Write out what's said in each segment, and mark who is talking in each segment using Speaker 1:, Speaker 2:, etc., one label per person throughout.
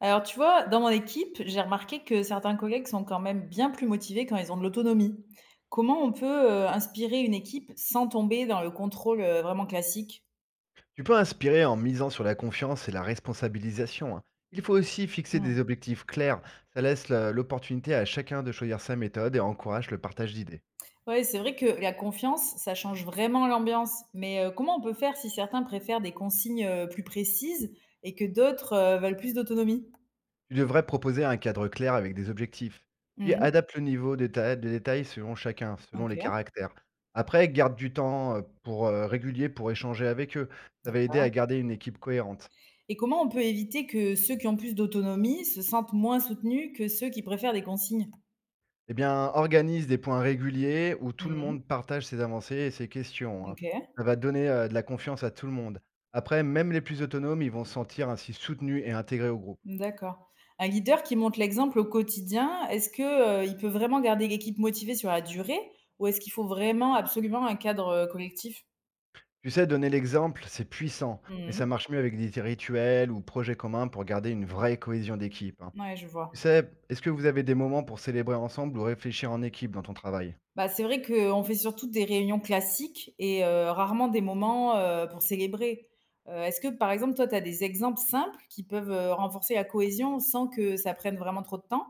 Speaker 1: Alors, tu vois, dans mon équipe, j'ai remarqué que certains collègues sont quand même bien plus motivés quand ils ont de l'autonomie. Comment on peut inspirer une équipe sans tomber dans le contrôle vraiment classique?
Speaker 2: Tu peux inspirer en misant sur la confiance et la responsabilisation, hein. Il faut aussi fixer
Speaker 1: Mm.
Speaker 2: des objectifs clairs. Ça laisse l'opportunité à chacun de choisir sa méthode et encourage le partage d'idées.
Speaker 1: Ouais, c'est vrai que la confiance, ça change vraiment l'ambiance. Mais comment on peut faire si certains préfèrent des consignes plus précises et que d'autres veulent plus d'autonomie?
Speaker 2: Tu devrais proposer un cadre clair avec des objectifs. Puis
Speaker 1: Mhm.
Speaker 2: adapte le niveau de, de détail selon chacun, selon
Speaker 1: Ok,
Speaker 2: les caractères. Après, garde du temps pour régulier pour échanger avec eux. Ça va aider
Speaker 1: d'accord.
Speaker 2: à garder une équipe cohérente.
Speaker 1: Et comment on peut éviter que ceux qui ont plus d'autonomie se sentent moins soutenus que ceux qui préfèrent des consignes?
Speaker 2: Eh bien, organise des points réguliers où tout le
Speaker 1: Mhm.
Speaker 2: monde partage ses avancées et ses questions, hein.
Speaker 1: Ok.
Speaker 2: Ça va donner, de la confiance à tout le monde. Après, même les plus autonomes, ils vont se sentir ainsi soutenus et intégrés au groupe.
Speaker 1: D'accord. Un leader qui montre l'exemple au quotidien, est-ce que, il peut vraiment garder l'équipe motivée sur la durée ou est-ce qu'il faut vraiment absolument un cadre, collectif?
Speaker 2: Tu sais, donner l'exemple, c'est puissant, mais ça
Speaker 1: Mmh.
Speaker 2: marche mieux avec des rituels ou projets communs pour garder une vraie cohésion d'équipe, hein.
Speaker 1: Ouais, je
Speaker 2: Tu
Speaker 1: vois.
Speaker 2: sais, est-ce que vous avez des moments pour célébrer ensemble ou réfléchir en équipe dans ton travail?
Speaker 1: Bah, c'est vrai qu'on fait surtout des réunions classiques et rarement des moments, pour célébrer. Est-ce que, par exemple, toi, tu as des exemples simples qui peuvent, renforcer la cohésion sans que ça prenne vraiment trop de temps?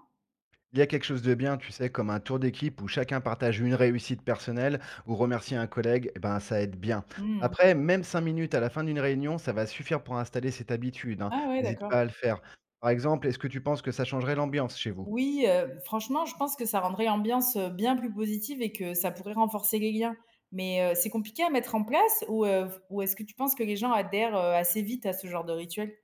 Speaker 2: Il y a quelque chose de bien, tu sais, comme un tour d'équipe où chacun partage une réussite personnelle ou remercier un collègue, eh ben, ça aide bien.
Speaker 1: Mmh,
Speaker 2: Après,
Speaker 1: OK.
Speaker 2: même 5 minutes à la fin d'une réunion, ça va suffire pour installer cette habitude, hein.
Speaker 1: Ah ouais,
Speaker 2: N'hésite pas
Speaker 1: d'accord.
Speaker 2: à le faire. Par exemple, est-ce que tu penses que ça changerait l'ambiance chez vous?
Speaker 1: Oui, franchement, je pense que ça rendrait l'ambiance, bien plus positive et que ça pourrait renforcer les liens. Mais, c'est compliqué à mettre en place ou, ou est-ce que tu penses que les gens adhèrent, assez vite à ce genre de rituel?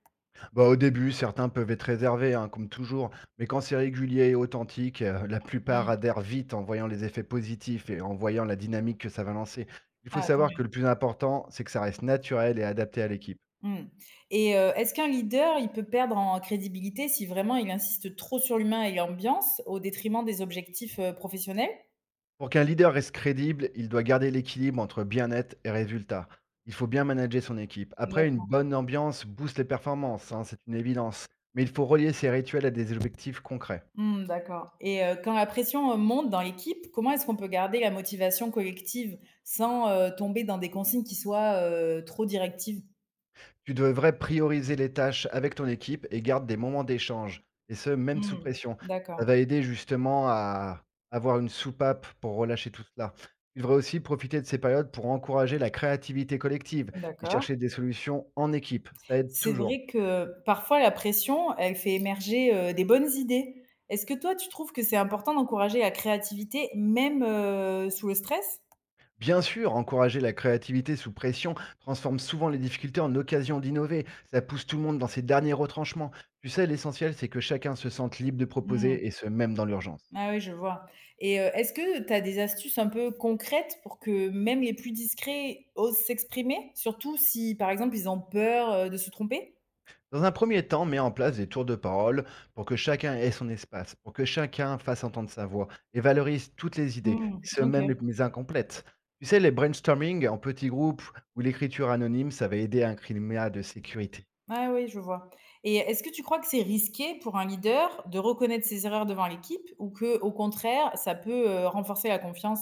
Speaker 2: Au début, certains peuvent être réservés, hein, comme toujours, mais quand c'est régulier et authentique, la plupart
Speaker 1: Mmh.
Speaker 2: adhèrent vite en voyant les effets positifs et en voyant la dynamique que ça va lancer. Il faut
Speaker 1: Ah, tant
Speaker 2: savoir que
Speaker 1: mieux.
Speaker 2: le plus important, c'est que ça reste naturel et adapté à l'équipe.
Speaker 1: Mmh. Et est-ce qu'un leader, il peut perdre en crédibilité si vraiment il insiste trop sur l'humain et l'ambiance au détriment des objectifs, professionnels?
Speaker 2: Pour qu'un leader reste crédible, il doit garder l'équilibre entre bien-être et résultat. Il faut bien manager son équipe. Après, une
Speaker 1: D'accord.
Speaker 2: bonne ambiance booste les performances, hein, c'est une évidence. Mais il faut relier ces rituels à des objectifs concrets.
Speaker 1: Mmh, d'accord. Et quand la pression, monte dans l'équipe, comment est-ce qu'on peut garder la motivation collective sans, tomber dans des consignes qui soient, trop directives?
Speaker 2: Tu devrais prioriser les tâches avec ton équipe et garde des moments d'échange, et ce, même sous
Speaker 1: Mmh,
Speaker 2: pression. Ça
Speaker 1: d'accord,
Speaker 2: va aider justement à avoir une soupape pour relâcher tout cela. Tu devrais aussi profiter de ces périodes pour encourager la créativité collective et
Speaker 1: d'accord.
Speaker 2: chercher des solutions en équipe. Ça aide
Speaker 1: C'est
Speaker 2: toujours.
Speaker 1: vrai que parfois la pression, elle fait émerger, des bonnes idées. Est-ce que toi, tu trouves que c'est important d'encourager la créativité même, sous le stress?
Speaker 2: Bien sûr, encourager la créativité sous pression transforme souvent les difficultés en occasion d'innover. Ça pousse tout le monde dans ses derniers retranchements. Tu sais, l'essentiel, c'est que chacun se sente libre de
Speaker 1: Mmh.
Speaker 2: proposer, et ce, même dans l'urgence.
Speaker 1: Ah oui, je vois. Et est-ce que tu as des astuces un peu concrètes pour que même les plus discrets osent s'exprimer? Surtout si, par exemple, ils ont peur, de se tromper?
Speaker 2: Dans un premier temps, mets en place des tours de parole pour que chacun ait son espace, pour que chacun fasse entendre sa voix, et valorise toutes les idées, et
Speaker 1: Mmh,
Speaker 2: ce,
Speaker 1: OK.
Speaker 2: même les plus incomplètes. Tu sais, les brainstorming en petits groupes ou l'écriture anonyme, ça va aider à un climat de sécurité.
Speaker 1: Ah oui, je vois. Et est-ce que tu crois que c'est risqué pour un leader de reconnaître ses erreurs devant l'équipe ou que, au contraire, ça peut, renforcer la confiance?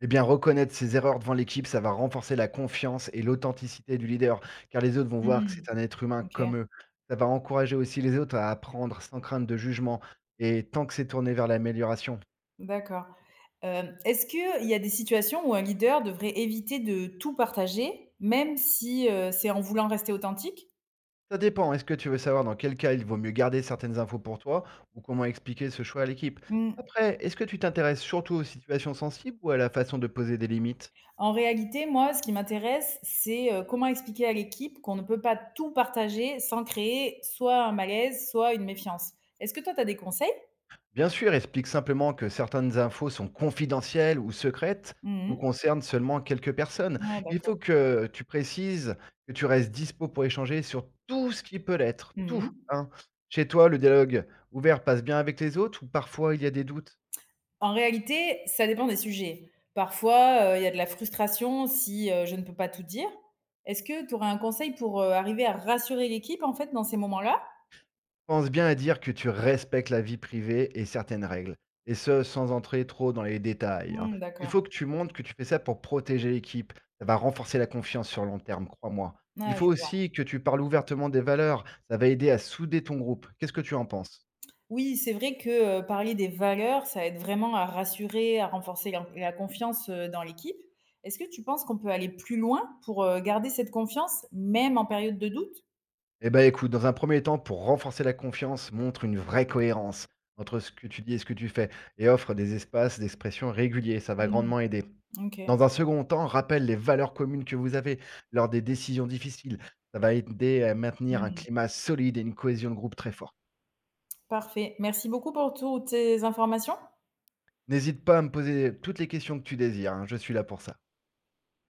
Speaker 2: Eh bien, reconnaître ses erreurs devant l'équipe, ça va renforcer la confiance et l'authenticité du leader, car les autres vont voir que
Speaker 1: Mmh,
Speaker 2: c'est un être humain
Speaker 1: OK,
Speaker 2: comme eux. Ça va encourager aussi les autres à apprendre sans crainte de jugement, et tant que c'est tourné vers l'amélioration.
Speaker 1: d'accord. Est-ce qu'il y a des situations où un leader devrait éviter de tout partager, même si, c'est en voulant rester authentique?
Speaker 2: Ça dépend, est-ce que tu veux savoir dans quel cas il vaut mieux garder certaines infos pour toi, ou comment expliquer ce choix à l'équipe?
Speaker 1: Mmh.
Speaker 2: Après, est-ce que tu t'intéresses surtout aux situations sensibles ou à la façon de poser des limites?
Speaker 1: En réalité, moi, ce qui m'intéresse, c'est, comment expliquer à l'équipe qu'on ne peut pas tout partager sans créer soit un malaise, soit une méfiance. Est-ce que toi, tu as des conseils?
Speaker 2: Bien sûr, explique simplement que certaines infos sont confidentielles ou secrètes ou
Speaker 1: Mmh.
Speaker 2: concernent seulement quelques personnes.
Speaker 1: Ouais,
Speaker 2: Il faut
Speaker 1: d'accord.
Speaker 2: que tu précises que tu restes dispo pour échanger sur tout ce qui peut l'être, tout,
Speaker 1: Mmh.
Speaker 2: hein. Chez toi, le dialogue ouvert passe bien avec les autres ou parfois il y a des doutes?
Speaker 1: En réalité, ça dépend des sujets. Parfois, il y a de la frustration si, je ne peux pas tout dire. Est-ce que tu aurais un conseil pour, arriver à rassurer l'équipe, en fait, dans ces moments-là?
Speaker 2: Pense bien à dire que tu respectes la vie privée et certaines règles, et ce, sans entrer trop dans les détails, hein.
Speaker 1: Mmh,
Speaker 2: Il
Speaker 1: d'accord.
Speaker 2: faut que tu montres que tu fais ça pour protéger l'équipe. Ça va renforcer la confiance sur le long terme, crois-moi. Il
Speaker 1: Ouais,
Speaker 2: faut
Speaker 1: je
Speaker 2: aussi que tu parles ouvertement des valeurs. Ça va aider à souder ton groupe. Qu'est-ce que tu en penses?
Speaker 1: oui, c'est vrai que, parler des valeurs, ça aide vraiment à rassurer, à renforcer la confiance, dans l'équipe. Est-ce que tu penses qu'on peut aller plus loin pour, garder cette confiance, même en période de doute?
Speaker 2: Eh ben écoute, dans un premier temps, pour renforcer la confiance, montre une vraie cohérence entre ce que tu dis et ce que tu fais, et offre des espaces d'expression réguliers, ça va
Speaker 1: Mmh,
Speaker 2: grandement aider.
Speaker 1: OK.
Speaker 2: Dans un second temps, rappelle les valeurs communes que vous avez lors des décisions difficiles. Ça va aider à maintenir un
Speaker 1: Mmh.
Speaker 2: climat solide et une cohésion de groupe très fort.
Speaker 1: Parfait. Merci beaucoup pour toutes tes informations.
Speaker 2: N'hésite pas à me poser toutes les questions que tu désires, hein, je suis là pour ça.